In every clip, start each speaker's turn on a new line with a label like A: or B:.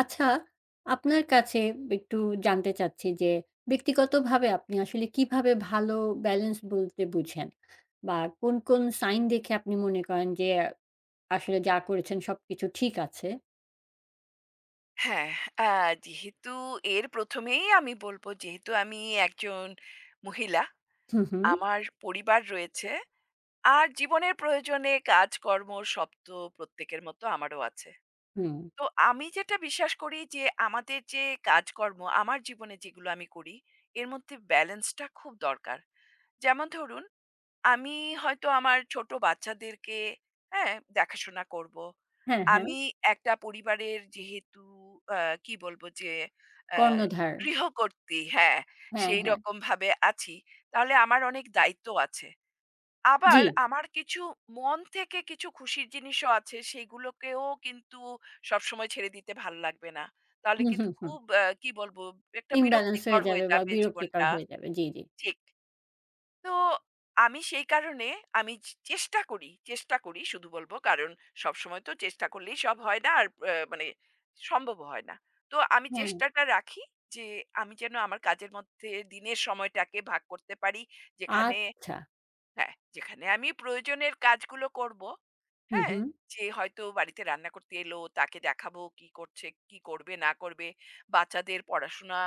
A: আচ্ছা, আপনার কাছে একটু জানতে চাচ্ছি যে ব্যক্তিগতভাবে আপনি আসলে কিভাবে ভালো ব্যালেন্স বলতে বুঝেন? বা কোন সাইন দেখে আপনি মনে করেন যে আসলে যা করেছেন সবকিছু ঠিক আছে?
B: হ্যাঁ, আ যেহেতু এর ১ম এই আমি বলব যেহেতু আমি একজন মহিলা,
A: হু, হু,
B: আমার পরিবার রয়েছে। আর জীবনের প্রয়োজনে কাজকর্ম সব তো প্রত্যেকের মতো আমারও আছে।
A: হুম।
B: তো আমি যেটা বিশ্বাস করি যে আমাদের যে কাজকর্ম আমার জীবনে যেগুলো আমি করি, এর মধ্যে ব্যালেন্সটা খুব দরকার। যেমন ধরুন আমি হয়তো আমার ছোট বাচ্চাদেরকে, হ্যাঁ? দেখাশোনা করব।
A: হ্যাঁ, হ্যাঁ।
B: আমি একটা পরিবারের যেহেতু আ কি বলব যে আ
A: কর্ণধার।
B: গৃহকর্ত্রী, হ্যাঁ,
A: হ্যাঁ, হ্যাঁ।
B: সেইরকমভাবে আছি। তাহলে আমার অনেক দায়িত্ব আছে।
A: জি।
B: আবার আমার কিছু মন থেকে কিছু খুশির জিনিসও আছে, সেগুলোকেও কিন্তু সবসময় ছেড়ে দিতে ভাল লাগবে না। তাহলে
A: হুম,
B: কিন্তু
A: হুম, হুম।
B: খুব কি বলব, একটা
A: ইমব্যালেন্স
B: বিরক্তিকর
A: হয়ে
B: হয়ে
A: যাবে বা
B: যাবে
A: বিরক্তিকর
B: জীবনটা।
A: হয়ে যাবে। জি, জি।
B: ঠিক। তো আমি সেই কারণে আমি চেষ্টা করি, চেষ্টা করি শুধু বলব। কারণ সবসময় তো চেষ্টা করলেই সব হয় না। আর মানে সম্ভবও হয় না। তো আমি
A: হ্যাঁ।
B: চেষ্টাটা রাখি যে আমি যেন আমার কাজের মধ্যে দিনের সময়টাকে ভাগ করতে পারি। যেখানে
A: আচ্ছা।
B: হ্যাঁ, যেখানে আমি প্রয়োজনের কাজগুলো করব।
A: হু,
B: হ্যাঁ?
A: হু।
B: যে হয়তো বাড়িতে রান্না করতে এলো, তাকে দেখাবো কি করছে, কি করবে না করবে। বাচ্চাদের পড়াশোনা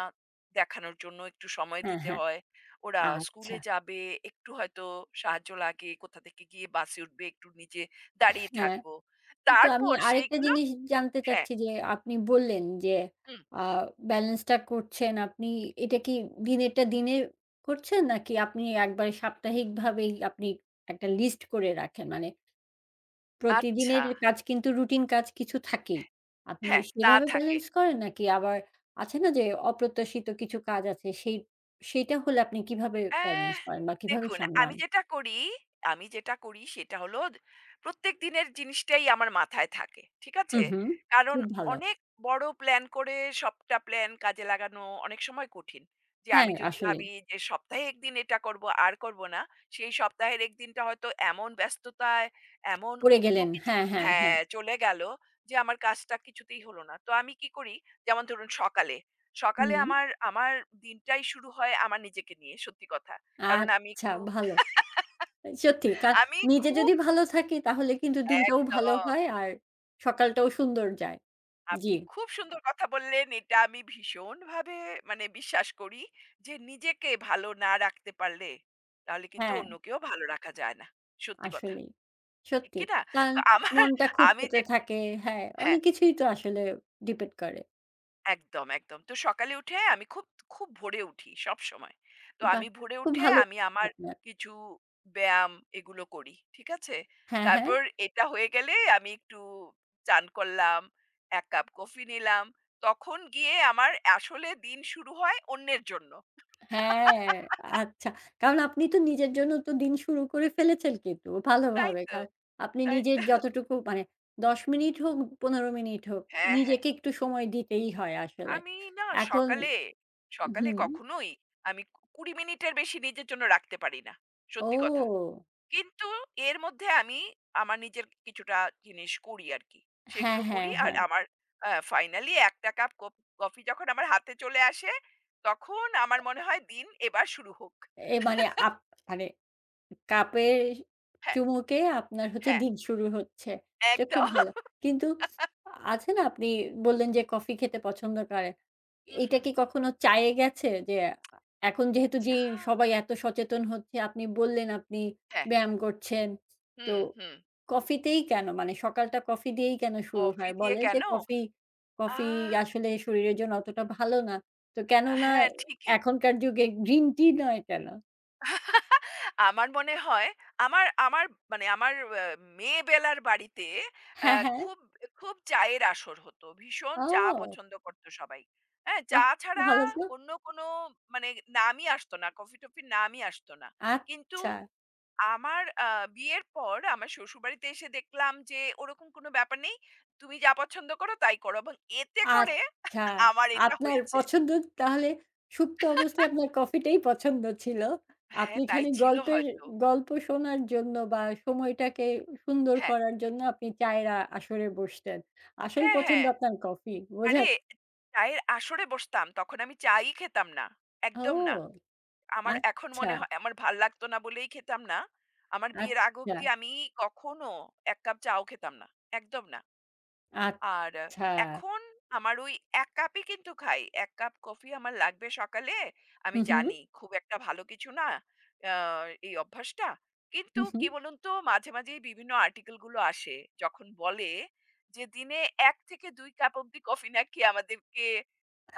B: দেখানোর জন্য একটু সময়
A: হ্যাঁ,
B: দিতে
A: হ্যাঁ।
B: হয়। ওরা
A: আচ্ছা।
B: স্কুলে যাবে, একটু হয়তো সাহায্য লাগে। কোথা থেকে গিয়ে বাসে উঠবে, একটু নিচে দাঁড়িয়ে
A: হ্যাঁ।
B: থাকবো।
A: তো আমি
B: তারপর
A: আরেকটা
B: সেইগুলো
A: জিনিস জানতে
B: হ্যাঁ,
A: চাচ্ছি যে আপনি বললেন যে
B: হুম।
A: আ ব্যালেন্সটা করছেন আপনি, এটা কি দিনেরটা দিনে করছেন? নাকি আপনি একবারে সাপ্তাহিকভাবেই আপনি একটা লিস্ট করে রাখেন? মানে
B: আচ্ছা,
A: প্রতিদিনের কাজ কিন্তু রুটিন কাজ কিছু থাকেই। আপনি
B: হ্যাঁ, তা
A: সেভাবে
B: থাকে।
A: ব্যালেন্স করেন? নাকি আবার আছে না যে অপ্রত্যাশিত কিছু কাজ আছে, সেইটা হলে আপনি কিভাবে ব্যালেন্স
B: অ্যাহ
A: করেন বা কিভাবে
B: দেখুন, আমি
A: সামলান?
B: যেটা করি আমি যেটা করি সেটা হলো প্রত্যেক দিনের জিনিসটাই আমার মাথায় থাকে। ঠিক
A: হুম,
B: আছে?
A: হুম।
B: কারণ
A: খুব ভালো।
B: অনেক বড় প্ল্যান করে সবটা প্ল্যান কাজে লাগানো অনেক সময় কঠিন। যে
A: হ্যাঁ,
B: আমি যদি
A: আসলেই।
B: ভাবি যে সপ্তাহে ১ দিন এটা করব আর করব না, সেই সপ্তাহের ১ দিনটা হয়তো এমন ব্যস্ততায় এমন
A: পড়ে
B: অন্য
A: গেলেন।
B: কিছু
A: হ্যাঁ, হ্যাঁ, হ্যাঁ।
B: হ্যাঁ, চলে গেল যে আমার কাজটা কিছুতেই হলো না। তো আমি কি করি যেমন ধরুন সকালে সকালে
A: হুম।
B: আমার আমার দিনটাই শুরু হয় আমার নিজেকে নিয়ে সত্যি কথা। কারণ আমি
A: আচ্ছা,
B: একটু
A: ভালো। সত্যি কা
B: আমি
A: নিজে
B: খুব
A: যদি ভালো থাকি তাহলে কিন্তু দিনটাও ভালো
B: একদম।
A: হয় আর সকালটাও সুন্দর যায়।
B: আপনি
A: জি,
B: খুব সুন্দর কথা বললেন। এটা আমি ভীষণভাবে মানে বিশ্বাস করি যে নিজেকে ভালো না রাখতে পারলে তাহলে কিন্তু
A: হ্যাঁ,
B: অন্যকেও ভালো রাখা যায় না। সত্যি কথা।
A: আসলেই।
B: ঠিক
A: সত্যি।
B: কি না?
A: কারণ
B: তো আমার
A: মনটা
B: আমি
A: খুঁটখুঁটে
B: যে
A: থাকে। হ্যাঁ,
B: হ্যাঁ।
A: অনেক কিছুই তো আসলে ডিপেন্ড করে।
B: একদম, একদম। তো সকালে উঠে আমি খুব, খুব ভোরে উঠি সবসময়। তো
A: বাহ!
B: আমি ভোরে
A: খুব
B: উঠে
A: ভালো
B: আমি আমার
A: আপনার।
B: কিছু ব্যায়াম এগুলো করি। ঠিক আছে?
A: হ্যাঁ, হ্যাঁ।
B: তারপর এটা হয়ে গেলে আমি একটু চান করলাম, ১ কাপ কফি নিলাম। তখন গিয়ে আমার আসলে দিন শুরু হয় অন্যের জন্য।
A: হ্যাঁ, আচ্ছা। কারণ আপনি তো নিজের জন্য তো দিন শুরু করে ফেলেছেন কিন্তু
B: তাই
A: ভালোভাবে।
B: তো,
A: কারণ আপনি
B: তাই
A: নিজের
B: তো।
A: যতটুকু মানে ১০ মিনিট হোক, ১৫ মিনিট হোক,
B: হ্যাঁ, হ্যাঁ।
A: নিজেকে একটু সময় দিতেই হয় আসলে।
B: আমি না
A: এখন
B: সকালে, সকালে
A: হুম,
B: কখনোই আমি ২০ মিনিটের বেশি নিজের জন্য রাখতে পারি না। সত্যি কথা।
A: ও!
B: কিন্তু এর মধ্যে আমি আমার নিজের কিছুটা জিনিস করি আর কি।
A: হ্যাঁ,
B: সেগুলো
A: হ্যাঁ,
B: করি। আর
A: হ্যাঁ।
B: আমার ফাইনালি ১ টা কাপ কফি যখন আমার হাতে চলে আসে, তখন আমার মনে হয় দিন এবার শুরু হোক।
A: এ মানে আপ মানে কাপের
B: হ্যাঁ,
A: চুমুকে আপনার হচ্ছে
B: হ্যাঁ,
A: দিন শুরু হচ্ছে। এটা খুব
B: একদম।
A: ভালো। কিন্তু আছে না, আপনি বললেন যে কফি খেতে পছন্দ করেন।
B: হুম,
A: এটা
B: হুম।
A: কি কখনো চায়ে গেছে? যে এখন যেহেতু যে
B: চা?
A: সবাই এত সচেতন হচ্ছে, আপনি বললেন আপনি
B: হ্যাঁ,
A: ব্যায়াম করছেন। তো
B: হুম, হুম।
A: কফিতেই কেন? মানে সকালটা কফি দিয়েই কেন শুরু
B: কফি
A: হয়?
B: দিয়ে
A: বলে যে
B: কেন?
A: কফি,
B: আ
A: কফি আসলে শরীরের জন্য অতটা ভালো না। তো কেননা
B: হ্যাঁ, ঠিকই।
A: এখনকার যুগে গ্রিন টি নয় কেন?
B: আমার মনে হয় আমার আমার মানে আমার আ মেয়েবেলার বাড়িতে আ
A: হ্যাঁ, হ্যাঁ।
B: খুব, খুব চায়ের আসর হতো। ভীষণ চা
A: ও!
B: পছন্দ করত সবাই। হ্যাঁ?
A: বাহ!
B: চা ছাড়া
A: ভালো তো।
B: অন্য কোনো মানে নামই আসত না। কফি-টফির নামই আসত না। কিন্তু
A: আচ্ছা,
B: আমার বিয়ের পর আমার শ্বশুরবাড়িতে এসে দেখলাম যে ওরকম কোনো ব্যাপার নেই। তুমি যা পছন্দ করো তাই করো এবং এতে করে
A: আচ্ছা।
B: আমার এটা
A: আপনার
B: হয়েছে।
A: পছন্দ তাহলে সুপ্ত অবস্থায় আপনার কফিটাই পছন্দ ছিল।
B: হ্যাঁ,
A: আপনি
B: তাই
A: খালি
B: ছিল
A: গল্পের
B: হয়তো।
A: গল্প শোনার জন্য বা সময়টাকে সুন্দর
B: হ্যাঁ,
A: করার জন্য আপনি চায়ের আসরে বসতেন। আসল
B: হ্যাঁ,
A: পছন্দ
B: হ্যাঁ।
A: আপনার কফি। বোঝা
B: আরে চায়ের আসরে বসতাম। তখন আমি চাই খেতাম না।
A: ও
B: একদম না। আমার এখন
A: আচ্ছা,
B: মনে হয় আমার ভাল লাগতো না বলেই খেতাম না। আমার বিয়ের আগ
A: আচ্ছা,
B: অব্দি আমি কখনো ১ কাপ চাও খেতাম না। একদম না। আর
A: আচ্ছা।
B: এখন আমার ওই ১ কাপই কিন্তু খাই। ১ কাপ কফি আমার লাগবে সকালে।
A: হু,
B: আমি
A: হু,
B: জানি খুব একটা ভালো কিছু না আ এই অভ্যাসটা।
A: হু,
B: কিন্তু
A: হু।
B: কি বলুন তো মাঝে, মাঝেই বিভিন্ন আর্টিকেল গুলো আসে যখন বলে যে দিনে ১ থেকে ২ কাপ অব্দি কফি না খেয়ে আমাদেরকে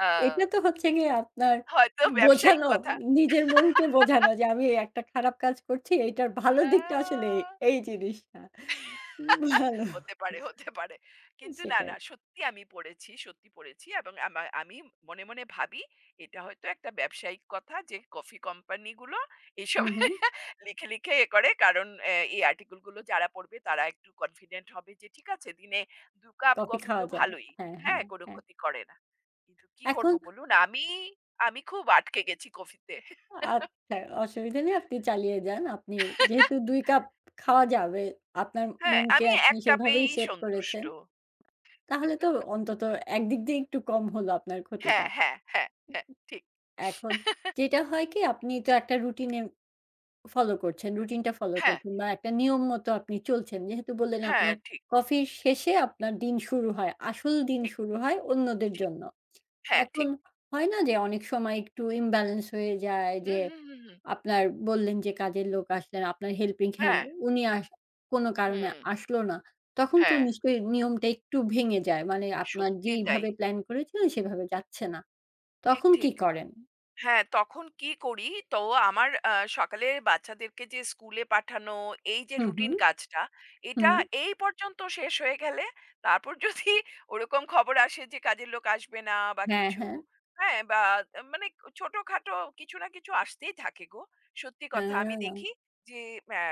B: আ
A: এটা তো হচ্ছে গিয়ে আপনার
B: হয়তো ব্যবসায়িক
A: বোঝানো,
B: কথা।
A: নিজের মনকে বোঝানো যে আমি একটা খারাপ কাজ করছি। এইটার ভালো দিকটা আসলে
B: আ
A: এই এই জিনিসটা। ভালো।
B: হতে পারে, হতে পারে। কিন্তু না,
A: সেটাই।
B: না সত্যি আমি পড়েছি, সত্যি পড়েছি এবং আমি মনে, মনে ভাবি এটা হয়তো একটা ব্যবসায়িক কথা যে কফি কোম্পানি গুলো এসব
A: হুম, হুম।
B: লিখে, লিখে এ করে। কারণ এই আর্টিকেল গুলো যারা পড়বে তারা একটু কনফিডেন্ট হবে যে ঠিক আছে দিনে ২ কাপ
A: কফি
B: কফি তো
A: খাওয়া যায়।
B: ভালোই।
A: হ্যাঁ,
B: হ্যাঁ,
A: হ্যাঁ,
B: কোনো
A: হ্যাঁ।
B: ক্ষতি করে না। কিন্তু কি করব
A: এখন
B: বলুন? আমি খুব আটকে গেছি কফিতে।
A: আচ্ছা, অসুবিধা নেই, আপনি চালিয়ে যান। আপনি যেহেতু ২ কাপ খাওয়া যাবে, আপনার
B: হ্যাঁ,
A: মনকে
B: আমি
A: আপনি
B: ১
A: সেভাবেই
B: কাপেই
A: সেট করেছেন।
B: সন্তুষ্ট।
A: তাহলে তো অন্তত একদিক দিয়ে একটু কম হলো আপনার ক্ষতিটা।
B: হ্যাঁ, হ্যাঁ, হ্যাঁ, হ্যাঁ, ঠিক।
A: এখন যেটা হয় কি, আপনি তো একটা রুটিনে ফলো করছেন, রুটিনটা ফলো
B: হ্যাঁ,
A: করছেন বা একটা নিয়ম মতো আপনি চলছেন। যেহেতু বললেন
B: হ্যাঁ,
A: আপনার
B: ঠিক,
A: কফির শেষে আপনার দিন শুরু হয়। আসল দিন
B: ঠিক,
A: শুরু হয় অন্যদের
B: ঠিক।
A: জন্য।
B: হ্যাঁ,
A: এখন
B: ঠিক।
A: হয় না যে অনেক সময় একটু ইমব্যালেন্স হয়ে যায় যে
B: হুম, হুম, হুম, হুম।
A: আপনার, বললেন যে কাজের লোক আসলেন, আপনার হেল্পিং হ্যান্ড
B: হ্যাঁ,
A: উনি কোনো কারণে
B: হুম,
A: আসলো না। তখন তো
B: হ্যাঁ,
A: নিশ্চয়ই নিয়মটা একটু ভেঙে যায়। মানে আপনার
B: সত্যিই তাই।
A: যেইভাবে প্ল্যান করেছিলেন সেভাবে যাচ্ছে না।
B: ঠিক,
A: তখন কি
B: ঠিক।
A: করেন?
B: হ্যাঁ, তখন কি করি? তো আমার সকালে বাচ্চাদেরকে যে স্কুলে পাঠানো, এই যে
A: হুম, হুম,
B: রুটিন কাজটা, এটা
A: হুম।
B: এই পর্যন্ত শেষ হয়ে গেলে তারপর যদি ওরকম খবর আসে যে কাজের লোক আসবে না বা
A: হ্যাঁ,
B: কিছু,
A: হ্যাঁ।
B: হ্যাঁ? বা মানে ছোটখাটো কিছু না কিছু আসতেই থাকে গো। সত্যি কথা আমি
A: আ
B: দেখি যে অ্যা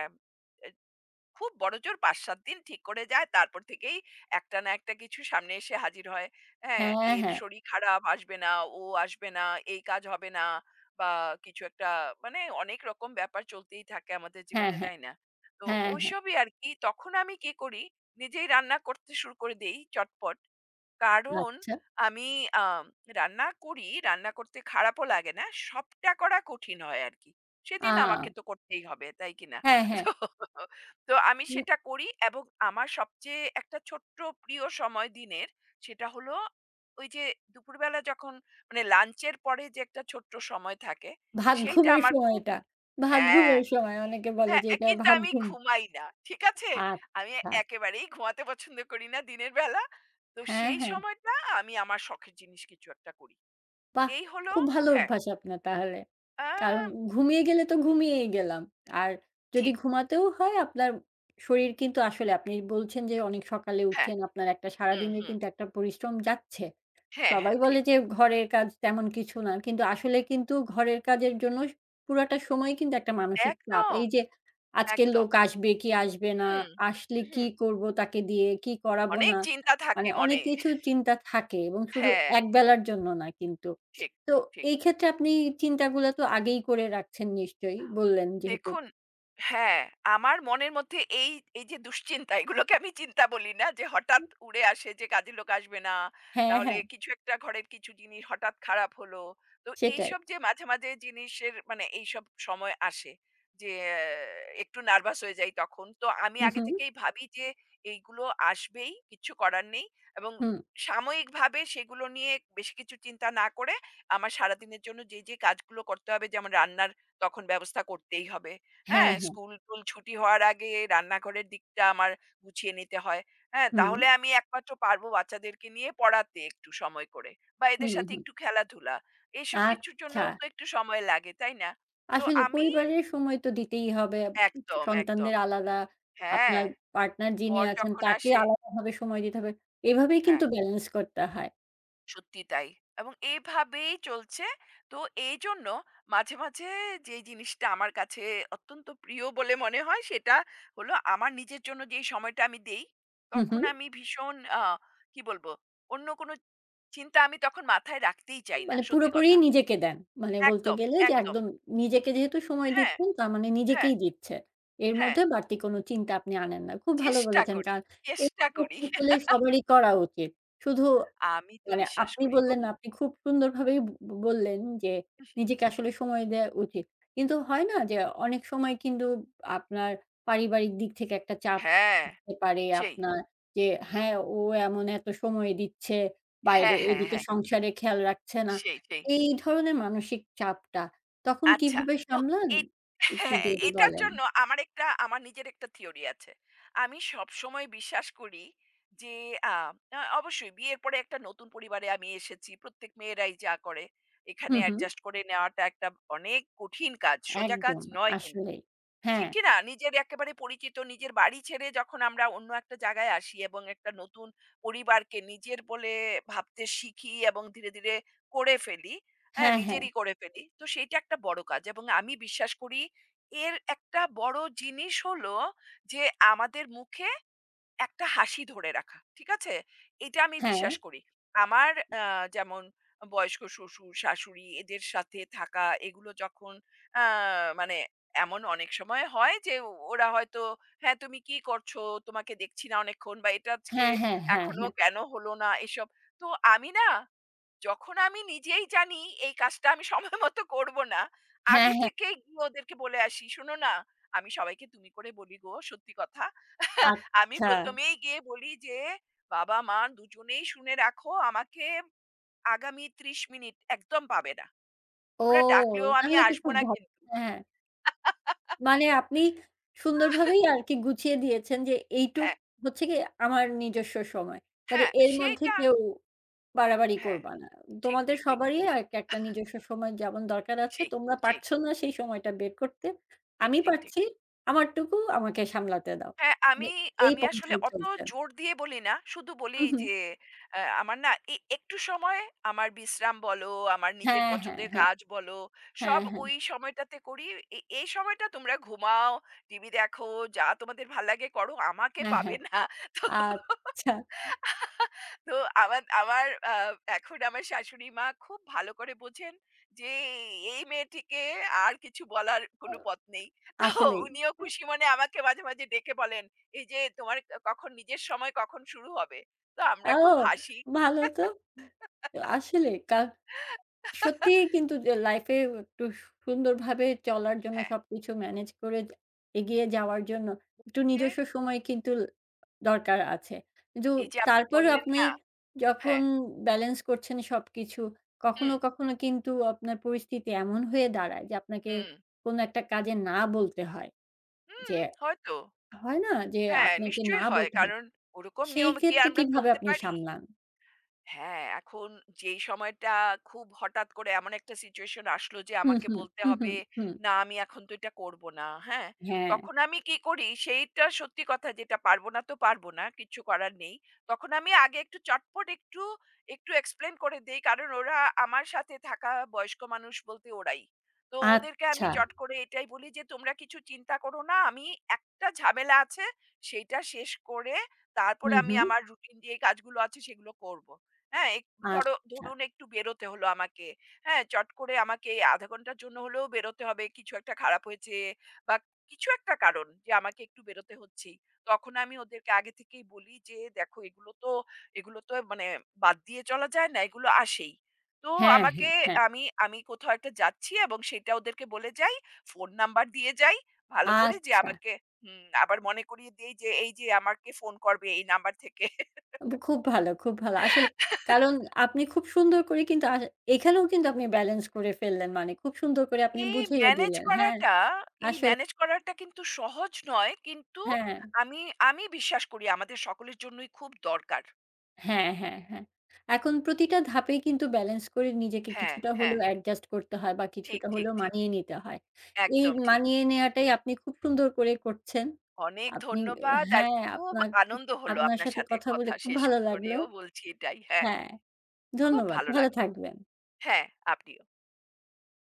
B: খুব বড়জোর ৫-৭ দিন ঠিক করে যায়। তারপর থেকেই একটা না একটা কিছু সামনে এসে হাজির হয়। হ্যাঁ,
A: হ্যাঁ,
B: এর
A: হ্যাঁ।
B: শরীর খারাপ, আসবে না, ও আসবে না, এই কাজ হবে না বা কিছু একটা মানে অনেক রকম ব্যাপার চলতেই থাকে আমাদের
A: হ্যাঁ,
B: জীবনে,
A: হ্যাঁ।
B: তাই না? তো
A: হ্যাঁ, হ্যাঁ।
B: ওইসবই আরকি। তখন আমি কি করি, নিজেই রান্না করতে শুরু করে দেই চটপট। কারণ
A: আচ্ছা।
B: আমি আম রান্না করি, রান্না করতে খারাপও লাগে না। সবটা করা কঠিন হয় আরকি।
A: আ
B: সেদিন আমাকে তো করতেই হবে, তাই কিনা?
A: হ্যাঁ, হ্যাঁ।
B: তো তো আমি
A: উম
B: সেটা করি এবং আমার সবচেয়ে একটা ছোট্ট প্রিয় সময় দিনের সেটা হলো ওই যে দুপুরবেলা যখন মানে লাঞ্চের পরে যে একটা ছোট্ট সময় থাকে
A: ভাত
B: সেইটা
A: ঘুমের
B: আমার
A: সময়
B: খুব
A: এটা। ভাত
B: হ্যাঁ
A: ঘুমের সময় অনেকে বলে
B: হ্যাঁ
A: যে
B: এ
A: এটা
B: কিন্তু
A: ভাত
B: আমি
A: ঘুম।
B: ঘুমাই না ঠিক আছে আমি
A: আচ্ছা।
B: একেবারেই ঘুমাতে পছন্দ করি না দিনের বেলা তো
A: হ্যাঁ,
B: সেই
A: হ্যাঁ।
B: সময়টা আমি আমার শখের জিনিস কিছু একটা করি
A: বাহ!
B: এই হলো
A: খুব ভালো
B: হ্যাঁ
A: অভ্যাস আপনার তাহলে। কারণ
B: আহ,
A: ঘুমিয়ে গেলে তো ঘুমিয়েই গেলাম। আর যদি
B: ঠিক
A: ঘুমাতেও হয়, আপনার শরীর কিন্তু আসলে আপনি বলছেন যে অনেক সকালে
B: হ্যাঁ
A: উঠছেন, আপনার একটা
B: হুম
A: সারাদিনের
B: হুম
A: কিন্তু একটা পরিশ্রম যাচ্ছে।
B: হ্যাঁ
A: সবাই
B: হ্যাঁ
A: বলে
B: ঠিক
A: যে ঘরের কাজ তেমন কিছু না। কিন্তু আসলে কিন্তু ঘরের কাজের জন্য পুরাটা সময় কিন্তু একটা মানসিক চাপ।
B: একদম
A: এই যে আজকের
B: একদম
A: লোক আসবে কি আসবে না,
B: হুম
A: আসলে
B: হুম
A: কি
B: হুম।
A: করব তাকে দিয়ে, কি করাবো
B: অনেক
A: না।
B: চিন্তা
A: মানে
B: থাকে
A: অনেক
B: মনে।
A: কিছু চিন্তা থাকে এবং শুধু
B: হ্যাঁ,
A: একবেলার জন্য না কিন্তু।
B: ঠিক,
A: তো
B: ঠিক।
A: এই ক্ষেত্রে আপনি চিন্তাগুলা তো আগেই করে রাখছেন নিশ্চয়ই, বললেন যেহেতু।
B: দেখুন হ্যাঁ, আমার মনের মধ্যে এই, এই যে দুশ্চিন্তা এগুলোকে আমি চিন্তা বলি না যে হঠাৎ উড়ে আসে যে কাজের লোক আসবে না, না
A: হ্যাঁ,
B: হলে
A: হ্যাঁ,
B: কিছু একটা ঘরের কিছু জিনিস হঠাৎ খারাপ হলো। তো
A: সেটাই।
B: এইসব যে মাঝে, মাঝে জিনিসের মানে এইসব সময় আসে যে আহ, একটু নার্ভাস হয়ে যাই তখন। তো আমি
A: হু,
B: আগে
A: হু,
B: থেকেই ভাবি যে এইগুলো আসবেই, কিচ্ছু করার নেই এবং
A: হুম।
B: সাময়িকভাবে সেগুলো নিয়ে বেশি কিছু চিন্তা না করে আমার সারাদিনের জন্য যে, যে কাজগুলো করতে হবে যেমন রান্নার তখন ব্যবস্থা করতেই হবে।
A: হ্যাঁ,
B: হ্যাঁ?
A: হ্যাঁ।
B: স্কুল-টুল ছুটি হওয়ার আগে রান্নাঘরের দিকটা আমার গুছিয়ে নিতে হয়। হ্যাঁ?
A: হুম,
B: তাহলে আমি একমাত্র পারবো বাচ্চাদেরকে নিয়ে পড়াতে একটু সময় করে বা এদের
A: হুম,
B: সাথে
A: হুম।
B: একটু খেলাধুলা। এইসব কিছুর
A: আচ্ছা।
B: জন্যও তো একটু সময় লাগে, তাই না? তো
A: আসলে
B: আমি
A: পরিবারের সময় তো দিতেই হবে।
B: একদম, একদম।
A: সন্তানদের আলাদা,
B: হ্যাঁ,
A: আপনার পার্টনার যিনি
B: বর
A: আছেন
B: যখন
A: তাকে
B: আসে
A: আলাদাভাবে সময় দিতে হবে। এভাবেই
B: হ্যাঁ।
A: কিন্তু ব্যালেন্স করতে হয়।
B: সত্যি তাই। এবং এভাবেই চলছে। তো এইজন্য মাঝে, মাঝে যেই জিনিসটা আমার কাছে অত্যন্ত প্রিয় বলে মনে হয় সেটা হলো আমার নিজের জন্য যেই সময়টা আমি দেই,
A: হু, হু।
B: তখন আমি ভীষণ কি বলবো? অন্য কোনো চিন্তা আমি তখন মাথায় রাখতেই চাই না।
A: মানে
B: সত্যি
A: পুরোপুরি
B: কথা।
A: নিজেকে দেন। মানে বলতে
B: একদম,
A: গেলে যে
B: একদম।
A: একদম নিজেকে যেহেতু সময়
B: হ্যাঁ,
A: দিচ্ছেন, তার মানে
B: হ্যাঁ,
A: নিজেকেই দিচ্ছে। এর
B: হ্যাঁ।
A: মধ্যে বাড়তি কোনো চিন্তা আপনি আনেন না। খুব ভালো
B: চেষ্টা
A: বলেছেন,
B: করি,
A: কারণ এটা
B: চেষ্টা করি।
A: আসলে সবারই করা উচিত। শুধু
B: আমি তো
A: মানে
B: বিশ্বাস
A: আপনি
B: করি গো।
A: বললেন না, আপনি খুব সুন্দরভাবেই ব ব বললেন যে নিজেকে আসলে সময় দেয়া উচিত। কিন্তু হয় না যে অনেক সময় কিন্তু আপনার পারিবারিক দিক থেকে একটা চাপ
B: হ্যাঁ,
A: হতে পারে
B: সেই।
A: আপনার, যে হ্যাঁ, ও এমন এত সময় দিচ্ছে বাইরে,
B: হ্যাঁ, হ্যাঁ,
A: এদিকে
B: হ্যাঁ।
A: সংসারে খেয়াল রাখছে না।
B: সেই, সেই।
A: এই ধরনের মানসিক চাপটা তখন
B: আচ্ছা।
A: কিভাবে
B: তো
A: সামলান?
B: এট
A: একটু
B: হ্যাঁ,
A: যদি
B: এটার
A: বলেন।
B: জন্য আমার একটা আমার নিজের একটা থিওরি আছে। আমি সবসময় বিশ্বাস করি যে আ আ অবশ্যই বিয়ের পরে একটা নতুন পরিবারে আমি এসেছি। প্রত্যেক মেয়েরাই যা করে। এখানে
A: হুম, হুম।
B: অ্যাডজাস্ট করে নেওয়াটা একটা অনেক কঠিন কাজ। সোজা কাজ
A: একদম,
B: নয় কিন্তু।
A: আসলেই।
B: ঠিক
A: হ্যাঁ,
B: কি না? নিজের একেবারে পরিচিত নিজের বাড়ি ছেড়ে যখন আমরা অন্য একটা জায়গায় আসি এবং একটা নতুন পরিবারকে নিজের বলে ভাবতে শিখি এবং ধীরে, ধীরে করে ফেলি, হ্যাঁ?
A: হ্যাঁ, হ্যাঁ,
B: নিজেরই করে ফেলি। তো সেইটা একটা বড় কাজ এবং আমি বিশ্বাস করি এর একটা বড় জিনিস হলো যে আমাদের মুখে একটা হাসি ধরে রাখা। ঠিক আছে? এটা আমি
A: হ্যাঁ,
B: বিশ্বাস করি। আমার আ যেমন বয়স্ক শ্বশুর-শাশুড়ি এদের সাথে থাকা এগুলো যখন আ মানে এমন অনেক সময় হয় যে ওরা হয়তো, "হ্যাঁ, তুমি কি করছো? তোমাকে দেখছি না অনেকক্ষণ" বা "এটা আজকে
A: হ্যাঁ, হ্যাঁ, হ্যাঁ,
B: এখনো
A: হ্যাঁ,
B: কেন হলো না?" এসব। তো আমি না যখন আমি নিজেই জানি এই কাজটা আমি সময় মতো করব না,
A: হ্যাঁ,
B: আগে
A: হ্যাঁ।
B: থেকেই গিয়ে ওদেরকে বলে আসি, "শোনো না, আমি সবাইকে তুমি করে বলি গো সত্যি কথা।" আমি
A: আচ্ছা।
B: ১ম এই গিয়ে বলি যে, "বাবা-মা দুজনেই শুনে রাখো আমাকে আগামী ৩০ মিনিট একদম পাবে না।
A: ও!
B: তোমরা ডাকলেও আমি
A: তাহলে তো
B: আসব
A: খুব
B: না
A: ভালো।
B: কিন্তু।"
A: হ্যাঁ, মানে আপনি সুন্দরভাবেই আরকি গুছিয়ে দিয়েছেন যে এইটুক
B: হ্যাঁ,
A: হচ্ছে গিয়ে আমার নিজস্ব সময়। কাজেই
B: হ্যাঁ,
A: এর মধ্যে
B: সেইটা
A: কেউ বাড়াবাড়ি
B: হ্যাঁ,
A: করবা না।
B: ঠিক,
A: তোমাদের
B: ঠিক, ঠিক।
A: সবারই এক একটা নিজস্ব সময় যেমন দরকার আছে।
B: সেই,
A: তোমরা
B: সেই,
A: পারছো না সেই সময়টা বের করতে।
B: ঠিক,
A: আমি
B: ঠিক, ঠিক।
A: পারছি, আমারটুকু আমাকে সামলাতে দাও।
B: হ্যাঁ,
A: মানে
B: আমি
A: এই
B: আমি আসলে
A: পন্থায়
B: অত
A: চলছেন।
B: জোর দিয়ে বলি না। শুধু বলি
A: হুম, হুম।
B: যে আমার না একটু সময় আমার বিশ্রাম বলো, আমার নিজের
A: হ্যাঁ, হ্যাঁ,
B: পছন্দের
A: হ্যাঁ।
B: কাজ বলো,
A: হ্যাঁ,
B: সব
A: হ্যাঁ।
B: ওই সময়টাতে করি। এই সময়টা তোমরা ঘুমাও, টিভি দেখো, যা তোমাদের ভাল লাগে করো। আমাকে
A: হ্যাঁ,
B: পাবে
A: হ্যাঁ।
B: না। তো
A: আচ্ছা।
B: তো আমার আমার এখন আমার শাশুড়ি মা খুব ভালো করে বোঝেন যে এই মেয়েটিকে আর কিছু বলার কোনো পথ নেই। তো
A: আসলেই।
B: উনিও খুশি মনে আমাকে মাঝে, মাঝে ডেকে বলেন, "এই যে তোমার কখন নিজের সময় কখন শুরু হবে?" তো আমরা
A: আও,
B: খুব হাসি।
A: ভালো তো। আসলে কা সত্যিই কিন্তু যে লাইফ এ একটু সুন্দরভাবে চলার জন্য
B: হ্যাঁ,
A: সবকিছু মেনেজ করে যে এগিয়ে যাওয়ার জন্য একটু
B: যে
A: নিজস্ব সময় কিন্তু দরকার আছে। কিন্তু
B: এই যে আপনি
A: তারপরেও
B: বললেন
A: আপনি
B: না
A: যখন
B: হ্যাঁ,
A: ব্যালেন্স করছেন সবকিছু, কখনো,
B: হুম,
A: কখনো কিন্তু আপনার পরিস্থিতি এমন হয়ে দাঁড়ায় যে আপনাকে
B: হুম,
A: কোনো একটা কাজে না বলতে হয়।
B: হুম,
A: যে
B: হয়তো।
A: হয় না? যে
B: হ্যাঁ,
A: আপনাকে না
B: নিশ্চয়ই হয়।
A: বলতে হয়।
B: কারণ ওরকম
A: সেই
B: নিয়মে কি
A: ক্ষেত্রে
B: আমরা
A: কিভাবে
B: চলতে
A: আপনি
B: পারি?
A: সামলান?
B: হ্যাঁ, এখন যেই সময়টা খুব হঠাৎ করে এমন একটা সিচুয়েশন আসলো যে
A: হুম,
B: আমাকে
A: হুম,
B: বলতে
A: হুম, হুম,
B: হবে,
A: হুম।
B: "না, আমি এখন তো এটা করব না।" হ্যাঁ?
A: হ্যাঁ,
B: তখন আমি কি করি, সেইটা সত্যি কথা যেটা পারব না তো পারব না, কিচ্ছু করার নেই। তখন আমি আগে একটু চটপট একটু, একটু এক্সপ্লেইন করে দেই। কারণ ওরা আমার সাথে থাকা বয়স্ক মানুষ বলতে ওরাই। তো ওদেরকে আমি
A: আচ্ছা।
B: চট করে এটাই বলি যে, "তোমরা কিছু চিন্তা করো না। আমি একটা ঝামেলা আছে, সেইটা শেষ করে তারপরে
A: হুম,
B: আমি
A: হুম,
B: আমার রুটিন যে কাজগুলো আছে সেগুলো করব।" হ্যাঁ, এক
A: আচ্ছা।
B: ধরুন একটু বেরোতে হলো আমাকে। হ্যাঁ, চট করে আমাকে এই আধা ঘন্টার জন্য হলেও বেরোতে হবে। কিছু একটা খারাপ হয়েছে বা কিছু একটা কারণ যে আমাকে একটু বেরোতে হচ্ছেই। তখন আমি ওদেরকে আগে থেকেই বলি যে, "দেখো এগুলো তো মানে বাদ দিয়ে চলা যায় না, এগুলো আসেই।" তো
A: হ্যাঁ, হ্যাঁ,
B: আমাকে
A: হ্যাঁ।
B: আমি আমি কোথাও একটা যাচ্ছি এবং সেটা ওদেরকে বলে যাই, ফোন নাম্বার দিয়ে যাই ভালো করে যে
A: আচ্ছা।
B: আমাকে হুম, আবার মনে করিয়ে দেই যে, "এই যে আমাকে ফোন করবে এই নাম্বার থেকে।"
A: খুব ভালো, খুব ভালো। আসলে, কারণ আপনি খুব সুন্দর করে কিন্তু এখানেও কিন্তু আপনি ব্যালেন্স করে ফেললেন। মানে খুব সুন্দর করে আপনি
B: এই
A: বুঝিয়ে
B: ম্যানেজ
A: দিলেন। হ্যাঁ,
B: করাটা এই
A: আসলে
B: ম্যানেজ করাটা কিন্তু সহজ নয়। কিন্তু
A: হ্যাঁ। হ্যাঁ।
B: আমি আমি বিশ্বাস করি আমাদের সকলের জন্যই খুব দরকার।
A: হ্যাঁ, হ্যাঁ, হ্যাঁ। এখন প্রতিটা ধাপেই কিন্তু ব্যালেন্স করে নিজেকে
B: হ্যাঁ,
A: কিছুটা
B: হ্যাঁ।
A: হলেও অ্যাডজাস্ট করতে হয় বা
B: ঠিক,
A: কিছুটা
B: ঠিক,
A: হলেও
B: ঠিক।
A: মানিয়ে নিতে হয়। এই
B: একদম ঠিক।
A: মানিয়ে নেয়াটাই আপনি খুব সুন্দর করে করছেন।
B: অনেক
A: আপনি
B: ধন্যবাদ। আর
A: হ্যাঁ,
B: খুব
A: আপনার
B: আনন্দ হলো
A: আপনার
B: আপনার
A: সাথে
B: সাথে
A: কথা বলে
B: কথা
A: খুব
B: শেষ
A: ভালো লাগলো।
B: করেও বলছি এটাই। হ্যাঁ,
A: হ্যাঁ,
B: খুব
A: ধন্যবাদ।
B: ভালো
A: ভালো
B: লাগলো।
A: থাকবেন।
B: হ্যাঁ, আপনি